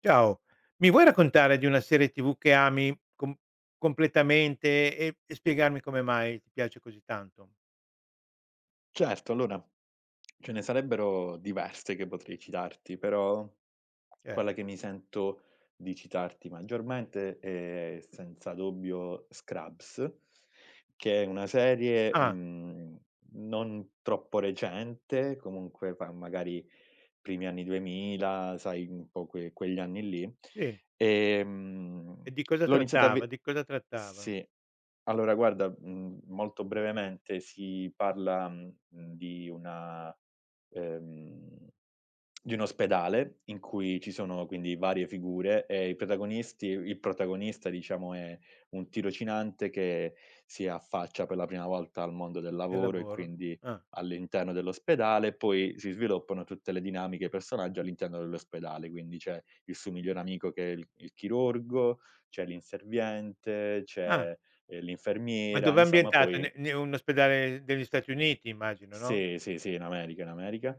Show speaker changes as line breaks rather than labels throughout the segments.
Ciao, mi vuoi raccontare di una serie TV che ami completamente e spiegarmi come mai ti piace così tanto?
Certo, allora ce ne sarebbero diverse che potrei citarti, però
Cer
quella che mi sento di citarti maggiormente è senza dubbio Scrubs, che è una serie,
ah,
non troppo recente, comunque fa magari primi anni 2000, sai un po' quegli anni lì.
sì.
Ehm,
E di cosa
l'ho iniziata a
trattava?
ve
Di cosa trattava?
sì. Allora guarda, molto brevemente si parla, di una ehm, di un ospedale in cui ci sono quindi varie figure e i protagonisti il protagonista diciamo è un tirocinante che si affaccia per la prima volta al mondo del
Del
lavoro e
lavoro?
quindi
Ah,
all'interno dell'ospedale, e poi si sviluppano tutte le dinamiche e i personaggi all'interno dell'ospedale. Quindi c'è il suo migliore amico che è il chirurgo, c'è l'inserviente,
ah,
c'è
ma
l'infermiera,
dov'è
insomma
ambientato?
poi
Ne ne un ospedale degli Stati Uniti immagino, no?
sì, sì, sì, in America, in America.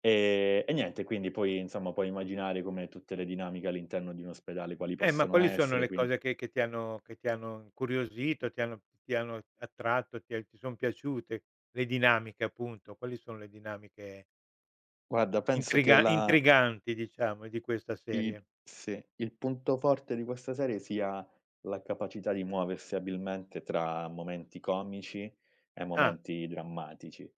E niente, quindi poi insomma puoi immaginare come tutte le dinamiche all'interno di un ospedale quali
Ma
possono
quali sono
essere.
le
Quin
cose che ti hanno incuriosito, ti hanno attratto, ti son piaciute? Le dinamiche appunto, quali sono le dinamiche
guarda penso che la
Intriganti diciamo di questa
I
serie.
sì, il punto forte di questa serie sia la capacità di muoversi abilmente tra momenti comici e
Ah,
momenti drammatici.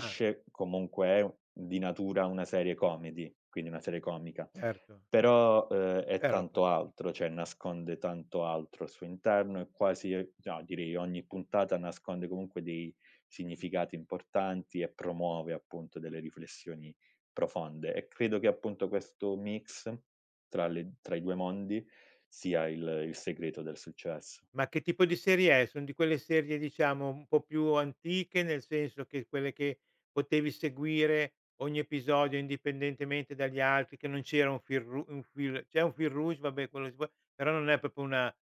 ah,
comunque, è di natura una serie comedy, quindi una serie comica,
certo,
però, è
però poi
tanto altro, cioè nasconde tanto altro al suo interno e quasi no, direi ogni puntata nasconde comunque dei significati importanti e promuove appunto delle riflessioni profonde, e credo che appunto questo mix tra i 2 mondi, sia il segreto del successo.
ma che tipo di serie è? Son di quelle serie diciamo un po' più antiche, nel senso che quelle che potevi seguire ogni episodio indipendentemente dagli altri, che non c'era un fil ru un fil c'è un fil rouge, vabbè quello si può però non è proprio una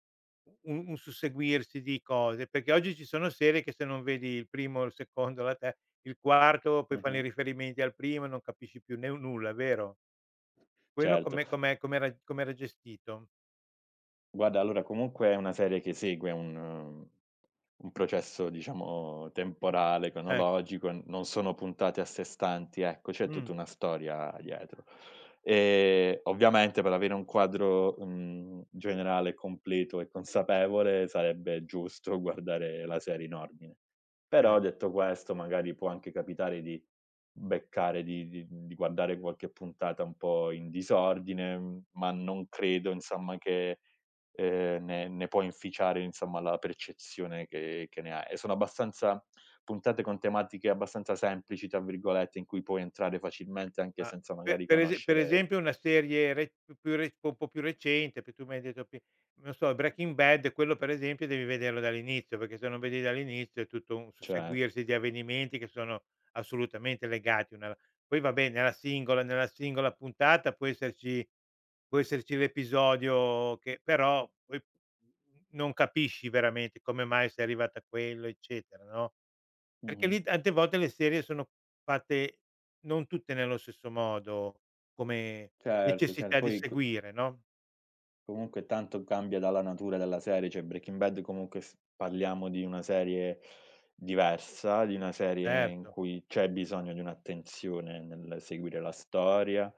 un susseguirsi di cose, perché oggi ci sono serie che se non vedi il primo, il secondo, la te il quarto, poi fanno i
Mh-mh.
riferimenti al primo e non capisci più ne nulla, vero? Quello
Certo.
com'era com'era gestito?
Guarda, allora comunque è una serie che segue un processo diciamo temporale,
Ecco.
cronologico, n non sono puntate a sé stanti, ecco, c'è
Mh,
tutta una storia dietro. Ovviamente per avere un quadro, generale, completo e consapevole, sarebbe giusto guardare la serie in ordine. Però
certo.
detto questo, magari può anche capitare di beccare di guardare qualche puntata un po' in disordine, ma non credo insomma che ne può inficiare insomma la percezione che ne hai. E sono abbastanza puntate con tematiche abbastanza "semplici" tra virgolette, in cui puoi entrare facilmente anche
Ma
senza
pe
magari
per ese per
conoscere.
esempio una serie re più più re un po' più recente, p tu mi hai detto pi non so, Breaking Bad, quello per esempio devi vederlo dall'inizio, perché se non vedi dall'inizio è tutto un
Certo.
susseguirsi di avvenimenti che sono assolutamente legati una poi vabbè nella singola puntata può esserci l'episodio che però poi non capisci veramente come mai sei arrivato a quello, eccetera, no? Perché
Mh-mh.
lì tante volte le serie sono fatte non tutte nello stesso modo, come
Certo, cer
necessità di
poi co
seguire, no,
Comunque tanto cambia dalla natura della serie, cioè Breaking Bad comunque, s parliamo di una serie diversa, di una serie in
certo.
cui c'è bisogno di un'attenzione nel seguire la storia,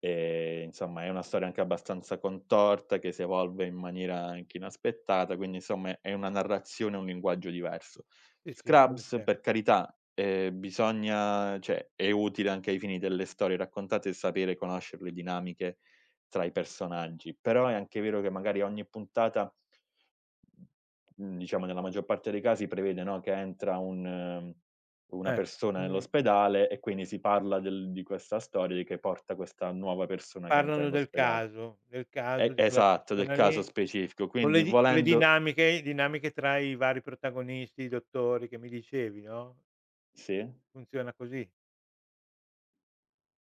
insomma è una storia anche abbastanza contorta, che si evolve in maniera anche inaspettata, quindi insomma è una narrazione, un linguaggio diverso.
Sì, sì, quello è
Scrubs,
cer
per carità, bisogna cioè è utile anche ai fini delle storie raccontate sapere, conoscere le dinamiche tra i personaggi, però è anche vero che magari ogni puntata, mhmm, diciamo nella maggior parte dei casi prevede, no, che entra un una
eh,
persona
mhmm,
nell'ospedale, e quindi si parla del di questa storia che porta questa nuova persona che entra
parlano
nell'ospedale.
del caso
E
di quella
esatto, del
persona
caso
lì,
specifico.
con
Quindi
le di con le
volendo.
dinamiche tra i vari protagonisti, i dottori che mi dicevi, no,
Sì?
funziona così.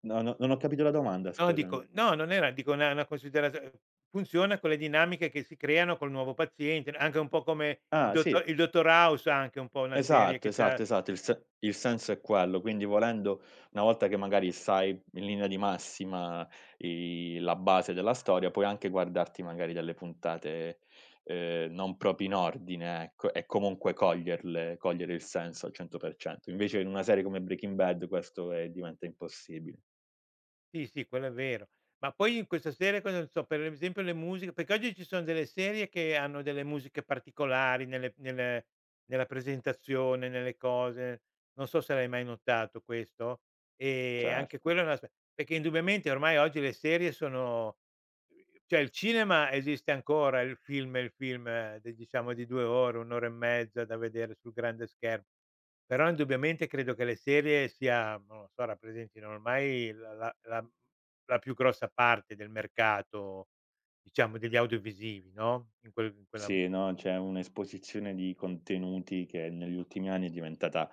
No, no, non ho capito la domanda,
No dico
scusami.
no, non era dico una considerazio funziona con le dinamiche che si creano col nuovo paziente, anche un po' come
Ah sì.
il dottor House anche un po' una serie
Esatto,
che
esatto,
c'ha.
esatto. Il se il senso è quello. Quindi, volendo, una volta che magari sai in linea di massima i la base della storia, puoi anche guardarti magari delle puntate, non proprio in ordine, ecco, e comunque coglierle cogliere il senso al 100%. Invece in una serie come Breaking Bad questo è diventa impossibile.
Sì, sì, quello è vero. Ma poi in questa serie cosa ne so, per esempio le musiche perché oggi ci sono delle serie che hanno delle musiche particolari nelle nelle nella presentazione, nelle cose. Non so se l'hai mai notato questo. Anche
Certo.
quello è un aspe perché indubbiamente ormai oggi le serie sono cioè il cinema esiste ancora, il film è il film de diciamo di 2 ore, 1 ora e mezza da vedere sul grande schermo. Però indubbiamente credo che le serie sia non lo so, rappresentino ormai la più grossa parte del mercato, diciamo degli audiovisivi, no, in quella
Sì, no, c'è un'esposizione di contenuti che negli ultimi anni è diventata,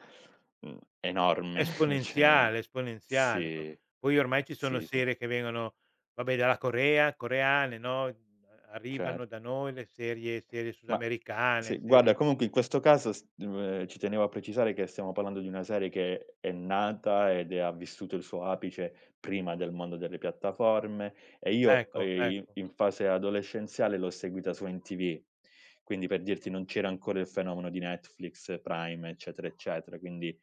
enorme, cioè
esponenziale, esponenziale pro
sì.
poi ormai ci sono
Sì, sì,
serie che vengono vabbè dalla Corea, coreane, no, mhmm, arrivano da
certo.
noi le serie
Ma
sudamericane,
sì, guarda,
serie
comunque in questo caso s ci tenevo a precisare che stiamo parlando di una serie che è nata ed è ha vissuto il suo apice prima del mondo delle piattaforme, e io,
ecco, ecco,
in fase adolescenziale l'ho seguita su MTV. Quindi per dirti, non c'era ancora il fenomeno di Netflix, Prime, eccetera, eccetera. Quindi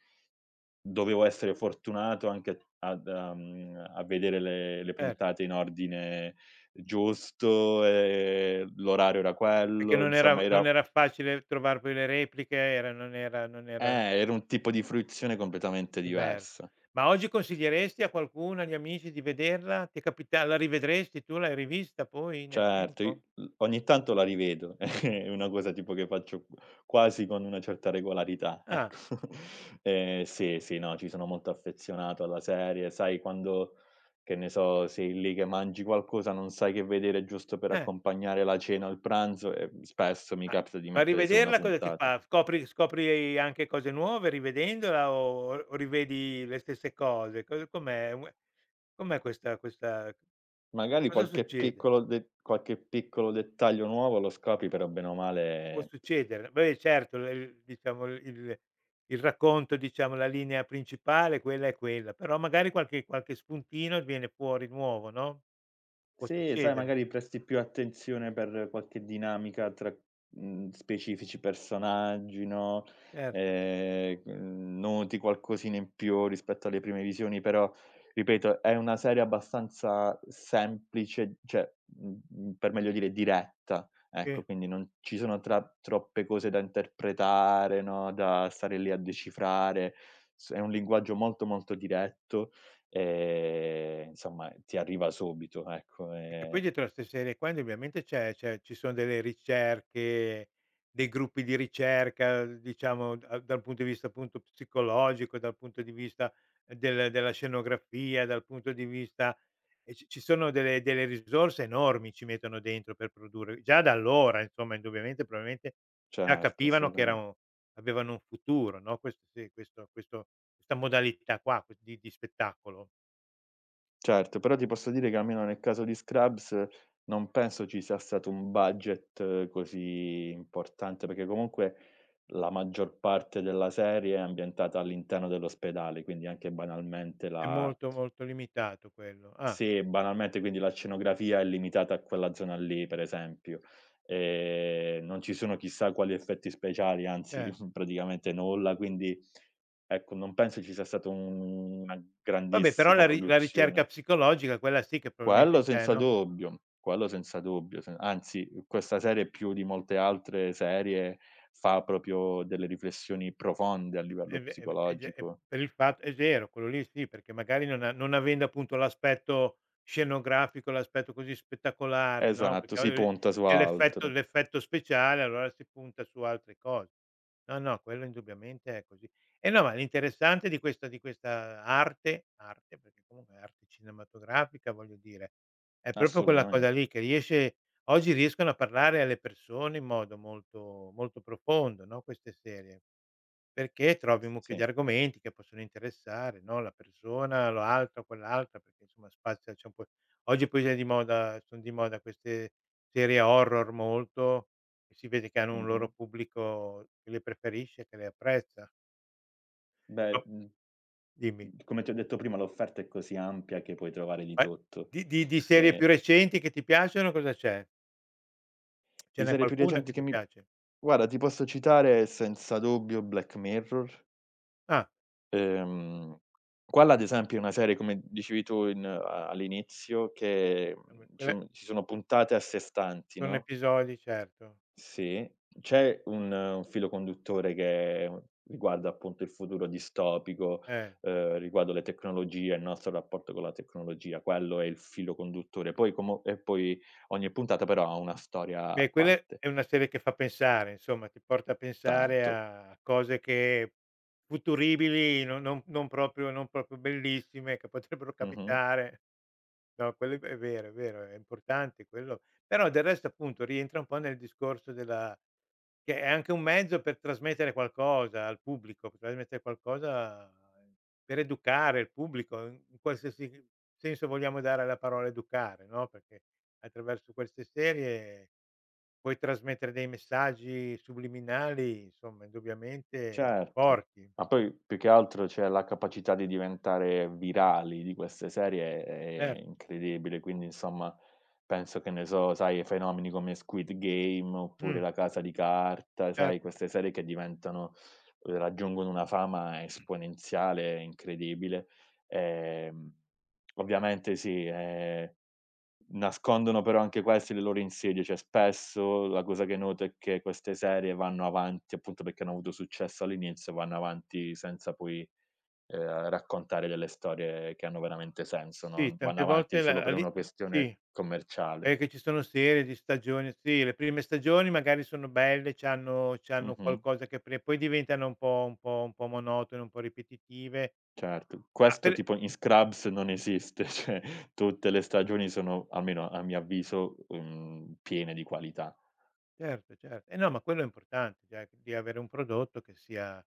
dovevo essere fortunato anche a vedere le
cer
puntate in ordine giusto, l'orario era
perché
quello, insomma
non era facile trovar poi le repliche, era non era non era.
era un tipo di fruizione completamente
Diverso.
diversa.
Ma oggi consiglieresti a qualcuno, agli amici di vederla? Ti è capita la rivedresti tu? L'hai rivista poi nel
Certo, i
tempo?
l ogni tanto la rivedo, è una cosa tipo che faccio quasi con una certa regolarità,
Ah,
ecco. Sì, sì, no, ci sono molto affezionato alla serie, sai quando, che ne so, sei lì che mangi qualcosa, non sai che vedere giusto per
eh,
accompagnare la cena o il pranzo, e spesso mi
ma
capita di
ma
mettere solo una
rivederla cosa ti
puntata.
fa? Scopri anche cose nuove rivedendola o rivedi le stesse cose? Co Com'è? Com'è questa
Magari
cosa succede?
qualche piccolo dettaglio nuovo lo scopri, però bene o
Può
male.
succedere. Beh, certo, l il diciamo il racconto, diciamo, la linea principale quella è quella, però magari qualche spuntino viene fuori nuovo, no, può
Sì, sai,
succedere,
magari presti più attenzione per qualche dinamica tra, specifici personaggi, no,
certo,
noti qualcosina in più rispetto alle prime visioni, però ripeto, è una serie abbastanza semplice, cioè, per meglio dire diretta,
sì.
ecco, quindi non ci sono tra troppe cose da interpretare, no, da stare lì a decifrare. S è un linguaggio molto, molto diretto. Insomma ti arriva subito, ecco.
Perché poi dietro a 'ste serie qua indubbiamente c'è c'è ci sono delle ricerche, dei gruppi di ricerca, diciamo da dal punto di vista appunto psicologico, dal punto di vista della scenografia, dal punto di vista e ci sono delle risorse enormi ci mettono dentro per produrre. Già da allora insomma indubbiamente probabilmente già
Certo,
capivano che
assolutamen
erano avevano un futuro, no, questo sì, questo questa modalità qua di spettacolo.
certo, però ti posso dire che almeno nel caso di Scrubs, non penso ci sia stato un budget così importante, perché comunque la maggior parte della serie è ambientata all'interno dell'ospedale, quindi anche banalmente,
È
la
molto, molto limitato quello. Ah,
sì, banalmente quindi la scenografia è limitata a quella zona lì, per esempio. Non ci sono chissà quali effetti speciali, anzi
cer
praticamente nulla, quindi ecco, non penso ci sia stata un una
vabbè, però
grandissima
la ricerca
produzione.
psicologica quella sì che probabilmente c'è, no?
Quello senza dubbio, se anzi, questa serie più di molte altre serie fa proprio delle riflessioni profonde a
È
livello
ve è ve è ge è
psicologico.
per il fat è vero, quello lì sì, perché magari non avendo appunto l'aspetto scenografico, l'aspetto così spettacolare, no,
Esatto,
perché
si
magari
punta su
c'è
altro.
l'effetto speciale, allora si punta su altre cose. No, no, quello indubbiamente è così. Eh no, ma l'interessante di questa arte, perché comunque è arte cinematografica, voglio dire, è proprio quella cosa
Assolutamente.
lì che riesce oggi riescono a parlare alle persone in modo molto molto profondo, no, queste serie. Perché trovi
S
un mucchio di
sì.
argomenti che possono interessare, no, la persona, l'altro, quell'altra, perché insomma spazia c'è un po' oggi poi è di moda son di moda queste serie horror molto, e si vede che hanno un
Mh-mh.
loro pubblico che le preferisce, che le apprezza.
Beh,
Ma dimmi,
come ti ho detto prima, l'offerta è così ampia che puoi trovare di
ma
tutto.
di serie
Ehm,
più recenti che ti piacciono cosa c'è? Ce
di
n'è
serie più
qualcuna
recenti
che
che
ti
mi
piace?
guarda, ti posso citare senza dubbio Black Mirror.
Ah,
Ehm, quella ad esempio è una serie, come dicevi tu in a all'inizio, che,
vabbè, quelle
diciamo ci sono puntate a sé stanti,
sono
no,
episodi certo,
sì. C'è un filo conduttore che riguarda appunto il futuro distopico,
eh.
riguardo le tecnologie, il nostro rapporto con la tecnologia, quello è il filo conduttore. Poi como e poi ogni puntata però ha una storia
Beh,
a
quella
parte,
è una serie che fa pensare, insomma, ti porta a pensare
tanto.
a cose che futuribili, no non proprio bellissime, che potrebbero
Mh-mh.
capitare. No, quello è vero, è vero, è importante quello. Però del resto, appunto, rientra un po' nel discorso della che è anche un mezzo per trasmettere qualcosa al pubblico, per trasmettere qualcosa per educare il pubblico, in qualsiasi senso vogliamo dare alla parola educare, no, perché attraverso queste serie puoi trasmettere dei messaggi subliminali, insomma, indubbiamente
Certo,
forti.
ma poi più che altro, cioè, la capacità di diventare virali di queste serie
Cer
è incredibile, quindi insomma penso che, ne so, sai, fenomeni come Squid Game oppure
mh,
La Casa di Carta, sai,
certo.
queste serie che diventano, raggiungono una fama esponenziale incredibile. Ehm, ovviamente sì, nascondono però anche questi le loro insidie, cioè spesso la cosa che noto è che queste serie vanno avanti, appunto perché hanno avuto successo all'inizio, vanno avanti senza poi, raccontare delle storie che hanno veramente senso,
Sì,
no, vanno
tante
avanti
volte
solo
la
per
lì
una
l
questione
sì,
commerciale.
perché ci sono serie di stagioni sì, le prime stagioni magari sono belle, c'hanno
Mh-mh,
qualcosa che pre poi diventano un po' monotone, un po' ripetitive.
certo.
Ah,
Questo
per
tipo in Scrubs non esiste, cioè tutte le stagioni sono, almeno a mio avviso, piene di qualità.
certo, certo. Eh no, ma quello è importante, cioè di avere un prodotto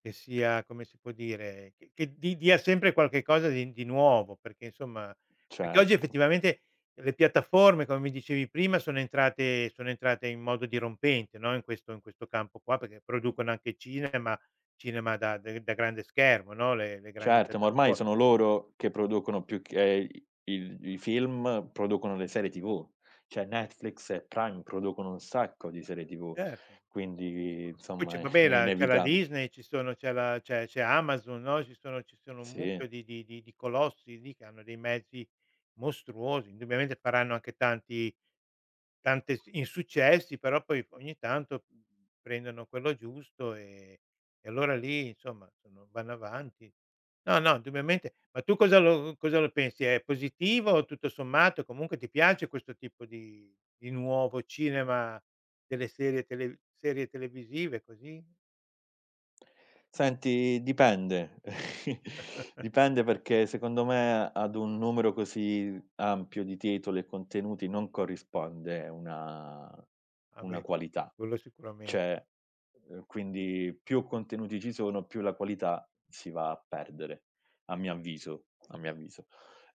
che sia come si può dire, che di dia sempre qualche cosa di nuovo, perché insomma perché oggi
Certo.
effettivamente le piattaforme, come mi dicevi prima, sono entrate in modo dirompente, no, in questo campo qua, perché producono anche cinema cinema da grande schermo, no, le grandi
Certo, ma ormai
piattaforme.
sono loro che producono, più che i il i film, producono le serie TV. Cioè Netflix e Prime producono un sacco di serie TV,
Certo.
quindi
Poi c'è
insomma
vabbè
è
la c'è la
inevitabile.
Disney, ci sono c'è la c'è c'è Amazon, no, ci sono un
Sì.
mucchio di colossi lì che hanno dei mezzi mostruosi. Indubbiamente faranno anche tanti tante s insuccessi, però poi ogni tanto, prendono quello giusto, e allora lì insomma sono vanno avanti. No, no, indubbiamente ma tu cosa lo pensi? È positivo, o tutto sommato? Comunque ti piace questo tipo di nuovo cinema, delle serie televisive così?
Senti, dipende. Dipende perché secondo me ad un numero così ampio di titoli e contenuti non corrisponde
Ah
una
beh,
qualità.
quello sicuramen
Cioè, quindi più contenuti ci sono, più la qualità si va a perdere, a mio avviso, a mio avviso.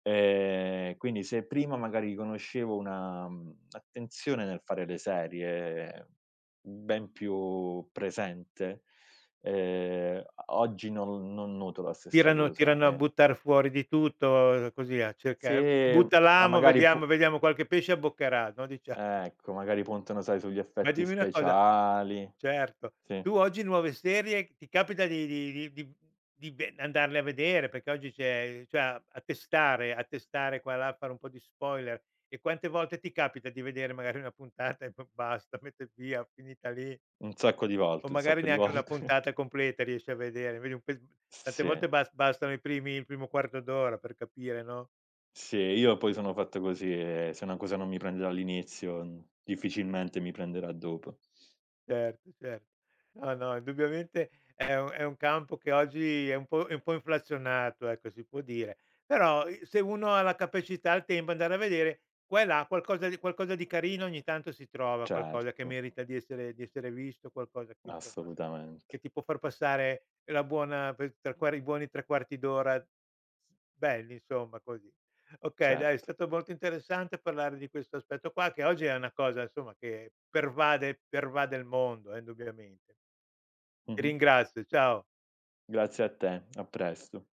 Quindi se prima magari conoscevo una, attenzione nel fare le serie ben più presente, oggi non noto la stessa
tirano
cosa,
a
eh.
buttar fuori di tutto così a cerca
Se
butta
ma
l'amo,
magari po
vediamo qualche pesce abboccherà, no, dicia
ecco, magari puntano, sai, sugli
ma
effetti
dimmi una cosa
speciali,
certo.
sì,
Tu oggi nuove serie ti capita di ve andarle a vedere? Perché oggi c'è cioè a testare qua e là, fare un po' di spoiler. E quante volte ti capita di vedere magari una puntata e poi basta, mette via, finita lì?
un sacco di
O
volte, un
magari
sacco di
neanche una
volte.
puntata completa riesci a vedere, vedi un pezz tante
Sì,
volte bastano i primi il primo quarto d'ora per capire, no,
sì, io poi sono fatto così, e se una cosa non mi prende all'inizio, difficilmente mi prenderà dopo.
certo, cer no, no, indubbiamente è un campo che oggi è un po' inflazionato, ecco, si può dire. Però, i se uno ha la capacità, il tempo, andare a vedere qua e là qualcosa di carino ogni tanto si trova, qualcosa che
Certo,
merita di essere visto, qualcosa che insomma, che
assolutamente,
ti può far passare la buona pe tre quar i buoni 3 quarti d'ora belli, insomma, così. Okay, dai, è
certo.
stato molto interessante parlare di questo aspetto qua, che oggi è una cosa insomma che pervade il mondo, indubbiamente. Ti
Mh-mh.
ringrazio, ciao.
Grazie a te, a presto.